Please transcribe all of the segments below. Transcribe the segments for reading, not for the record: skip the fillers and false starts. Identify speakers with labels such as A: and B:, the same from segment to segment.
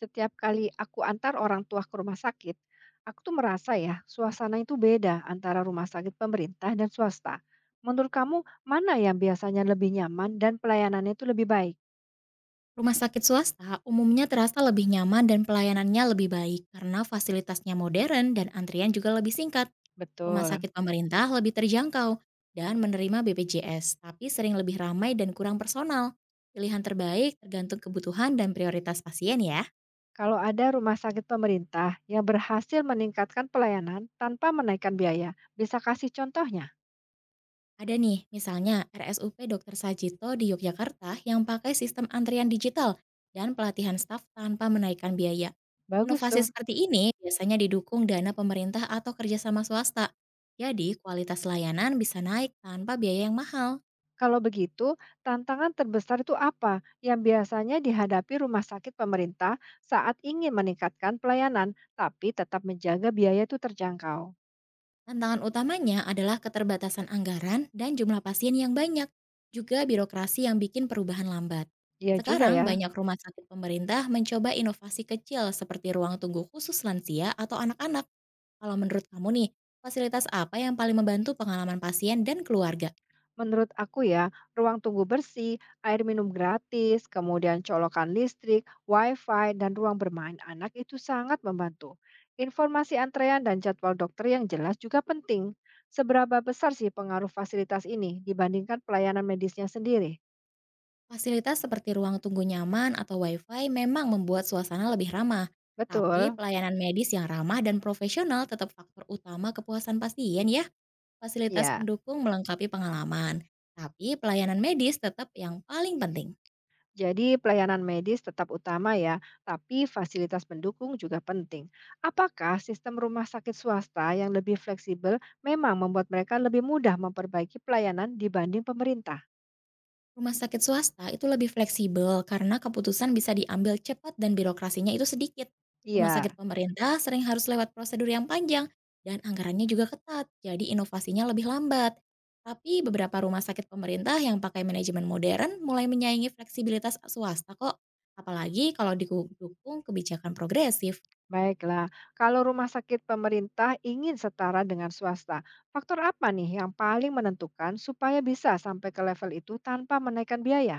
A: Setiap kali aku antar orang tua ke rumah sakit, aku tuh merasa ya, suasana itu beda antara rumah sakit pemerintah dan swasta. Menurut kamu, mana yang biasanya lebih nyaman dan pelayanannya itu lebih baik?
B: Rumah sakit swasta umumnya terasa lebih nyaman dan pelayanannya lebih baik karena fasilitasnya modern dan antrian juga lebih singkat. Rumah
A: Betul.
B: sakit pemerintah lebih terjangkau dan menerima BPJS, tapi sering lebih ramai dan kurang personal. Pilihan terbaik tergantung kebutuhan dan prioritas pasien ya.
A: Kalau ada rumah sakit pemerintah yang berhasil meningkatkan pelayanan tanpa menaikkan biaya, bisa kasih contohnya?
B: Ada nih, misalnya RSUP Dr. Sajito di Yogyakarta yang pakai sistem antrian digital dan pelatihan staf tanpa menaikkan biaya.
A: Bagus
B: Inovasi
A: tuh.
B: seperti ini biasanya didukung dana pemerintah atau kerjasama swasta. Jadi, kualitas layanan bisa naik tanpa biaya yang mahal.
A: Kalau begitu, tantangan terbesar itu apa yang biasanya dihadapi rumah sakit pemerintah saat ingin meningkatkan pelayanan, tapi tetap menjaga biaya itu terjangkau?
B: Tantangan utamanya adalah keterbatasan anggaran dan jumlah pasien yang banyak, juga birokrasi yang bikin perubahan lambat.
A: Iya juga ya.
B: Sekarang banyak rumah sakit pemerintah mencoba inovasi kecil seperti ruang tunggu khusus lansia atau anak-anak. Kalau menurut kamu nih, fasilitas apa yang paling membantu pengalaman pasien dan keluarga?
A: Menurut aku ya, ruang tunggu bersih, air minum gratis, kemudian colokan listrik, wifi, dan ruang bermain anak itu sangat membantu. Informasi antrean dan jadwal dokter yang jelas juga penting. Seberapa besar sih pengaruh fasilitas ini dibandingkan pelayanan medisnya sendiri?
B: Fasilitas seperti ruang tunggu nyaman atau wifi memang membuat suasana lebih ramah. Tapi
A: Betul,
B: pelayanan medis yang ramah dan profesional tetap faktor utama kepuasan pasien ya. Fasilitas
A: ya.
B: pendukung melengkapi pengalaman. Tapi pelayanan medis tetap yang paling penting.
A: Jadi pelayanan medis tetap utama ya, tapi fasilitas pendukung juga penting. Apakah sistem rumah sakit swasta yang lebih fleksibel memang membuat mereka lebih mudah memperbaiki pelayanan dibanding pemerintah?
B: Rumah sakit swasta itu lebih fleksibel karena keputusan bisa diambil cepat dan birokrasinya itu sedikit. Rumah
A: Iya,
B: sakit pemerintah sering harus lewat prosedur yang panjang dan anggarannya juga ketat, jadi inovasinya lebih lambat. Tapi beberapa rumah sakit pemerintah yang pakai manajemen modern mulai menyaingi fleksibilitas swasta kok, apalagi kalau didukung kebijakan progresif.
A: baiklah. Kalau rumah sakit pemerintah ingin setara dengan swasta, faktor apa nih yang paling menentukan supaya bisa sampai ke level itu tanpa menaikkan biaya?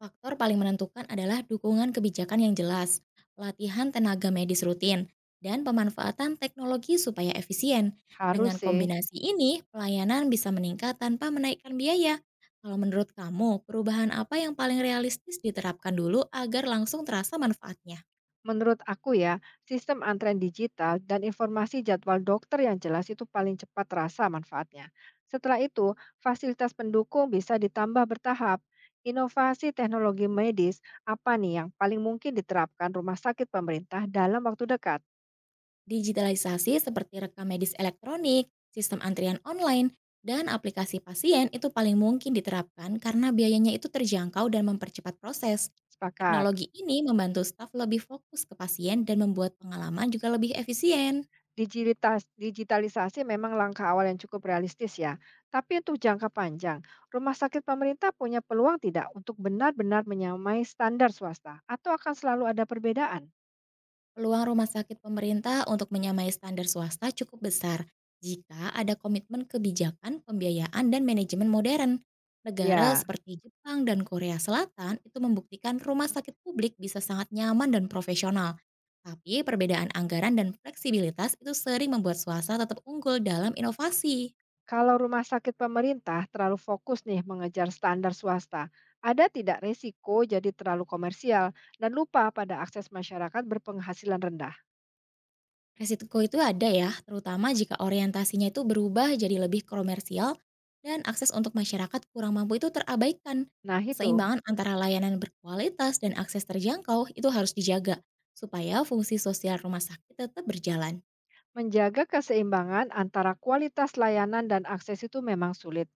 B: Faktor paling menentukan adalah dukungan kebijakan yang jelas, pelatihan tenaga medis rutin, dan pemanfaatan teknologi supaya efisien.
A: Harus
B: Dengan
A: sih.
B: kombinasi ini, pelayanan bisa meningkat tanpa menaikkan biaya. Kalau menurut kamu, perubahan apa yang paling realistis diterapkan dulu agar langsung terasa manfaatnya?
A: Menurut aku ya, sistem antrean digital dan informasi jadwal dokter yang jelas itu paling cepat terasa manfaatnya. Setelah itu, fasilitas pendukung bisa ditambah bertahap. Inovasi teknologi medis apa nih yang paling mungkin diterapkan rumah sakit pemerintah dalam waktu dekat?
B: Digitalisasi seperti rekam medis elektronik, sistem antrian online, dan aplikasi pasien itu paling mungkin diterapkan karena biayanya itu terjangkau dan mempercepat proses.
A: Sepakat.
B: Teknologi ini membantu staf lebih fokus ke pasien dan membuat pengalaman juga lebih efisien.
A: Digitalisasi memang langkah awal yang cukup realistis ya. Tapi untuk jangka panjang, rumah sakit pemerintah punya peluang tidak untuk benar-benar menyamai standar swasta atau akan selalu ada perbedaan?
B: Peluang rumah sakit pemerintah untuk menyamai standar swasta cukup besar jika ada komitmen kebijakan, pembiayaan, dan manajemen modern. Negara
A: Ya,
B: seperti Jepang dan Korea Selatan itu membuktikan rumah sakit publik bisa sangat nyaman dan profesional. Tapi perbedaan anggaran dan fleksibilitas itu sering membuat swasta tetap unggul dalam inovasi.
A: kalau rumah sakit pemerintah terlalu fokus nih mengejar standar swasta, ada tidak risiko jadi terlalu komersial dan lupa pada akses masyarakat berpenghasilan rendah?
B: Resiko itu ada ya, terutama jika orientasinya itu berubah jadi lebih komersial dan akses untuk masyarakat kurang mampu itu terabaikan.
A: Nah itu,
B: Keseimbangan antara layanan berkualitas dan akses terjangkau itu harus dijaga supaya fungsi sosial rumah sakit tetap berjalan.
A: menjaga keseimbangan antara kualitas layanan dan akses itu memang sulit.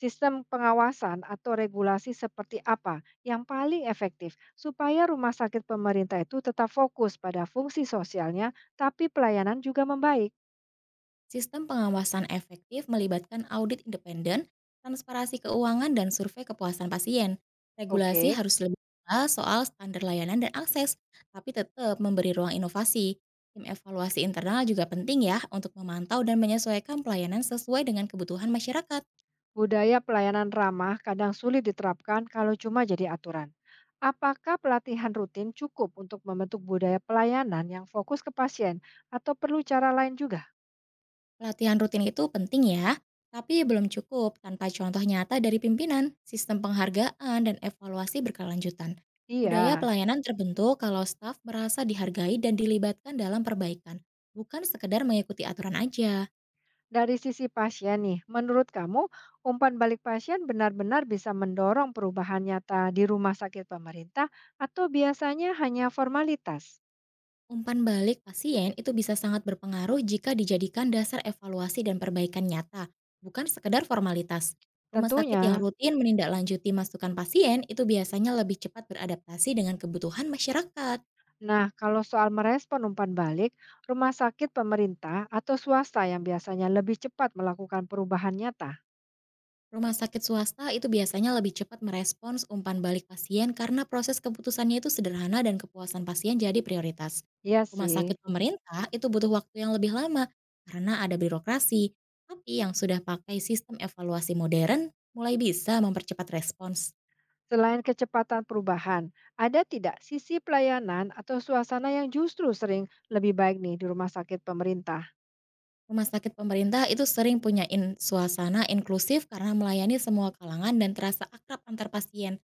A: Sistem pengawasan atau regulasi seperti apa yang paling efektif supaya rumah sakit pemerintah itu tetap fokus pada fungsi sosialnya, tapi pelayanan juga membaik?
B: Sistem pengawasan efektif melibatkan audit independen, transparansi keuangan, dan survei kepuasan pasien. Regulasi
A: Oke.
B: harus lebih jelas soal standar layanan dan akses, tapi tetap memberi ruang inovasi. Tim evaluasi internal juga penting ya untuk memantau dan menyesuaikan pelayanan sesuai dengan kebutuhan masyarakat.
A: Budaya pelayanan ramah kadang sulit diterapkan kalau cuma jadi aturan. Apakah pelatihan rutin cukup untuk membentuk budaya pelayanan yang fokus ke pasien atau perlu cara lain juga?
B: Latihan rutin itu penting ya, tapi belum cukup tanpa contoh nyata dari pimpinan, sistem penghargaan, dan evaluasi berkelanjutan. Budaya
A: Iya.
B: pelayanan terbentuk kalau staf merasa dihargai dan dilibatkan dalam perbaikan, bukan sekedar mengikuti aturan aja.
A: Dari sisi pasien nih, menurut kamu umpan balik pasien benar-benar bisa mendorong perubahan nyata di rumah sakit pemerintah atau biasanya hanya formalitas?
B: Umpan balik pasien itu bisa sangat berpengaruh jika dijadikan dasar evaluasi dan perbaikan nyata, bukan sekedar formalitas. Rumah sakit yang
A: Tentunya.
B: rutin menindaklanjuti masukan pasien itu biasanya lebih cepat beradaptasi dengan kebutuhan masyarakat.
A: Nah, kalau soal merespon umpan balik, rumah sakit pemerintah atau swasta yang biasanya lebih cepat melakukan perubahan nyata.
B: Rumah sakit swasta itu biasanya lebih cepat merespons umpan balik pasien karena proses keputusannya itu sederhana dan kepuasan pasien jadi prioritas.
A: Iya
B: Rumah
A: sih.
B: sakit pemerintah itu butuh waktu yang lebih lama karena ada birokrasi, tapi yang sudah pakai sistem evaluasi modern mulai bisa mempercepat respons.
A: Selain kecepatan perubahan, ada tidak sisi pelayanan atau suasana yang justru sering lebih baik nih di rumah sakit pemerintah?
B: Rumah sakit pemerintah itu sering punya suasana inklusif karena melayani semua kalangan dan terasa akrab antar pasien.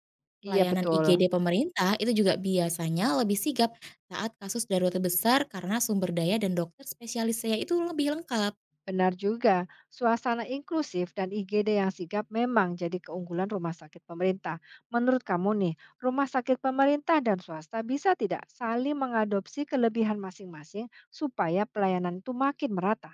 A: Iya
B: Pelayanan
A: betul.
B: IGD pemerintah itu juga biasanya lebih sigap saat kasus darurat besar karena sumber daya dan dokter spesialisnya itu lebih lengkap.
A: Benar juga, suasana inklusif dan IGD yang sigap memang jadi keunggulan rumah sakit pemerintah. Menurut kamu nih, rumah sakit pemerintah dan swasta bisa tidak saling mengadopsi kelebihan masing-masing supaya pelayanan itu makin merata?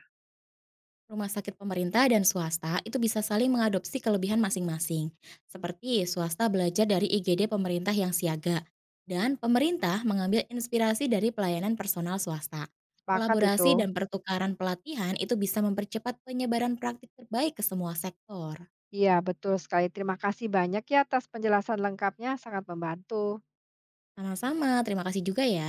B: Rumah sakit pemerintah dan swasta itu bisa saling mengadopsi kelebihan masing-masing. Seperti swasta belajar dari IGD pemerintah yang siaga, dan pemerintah mengambil inspirasi dari pelayanan personal swasta.
A: Sepakat itu.
B: Kolaborasi dan pertukaran pelatihan itu bisa mempercepat penyebaran praktik terbaik ke semua sektor.
A: Iya, betul sekali. Terima kasih banyak ya atas penjelasan lengkapnya, sangat membantu.
B: Sama-sama, terima kasih juga ya.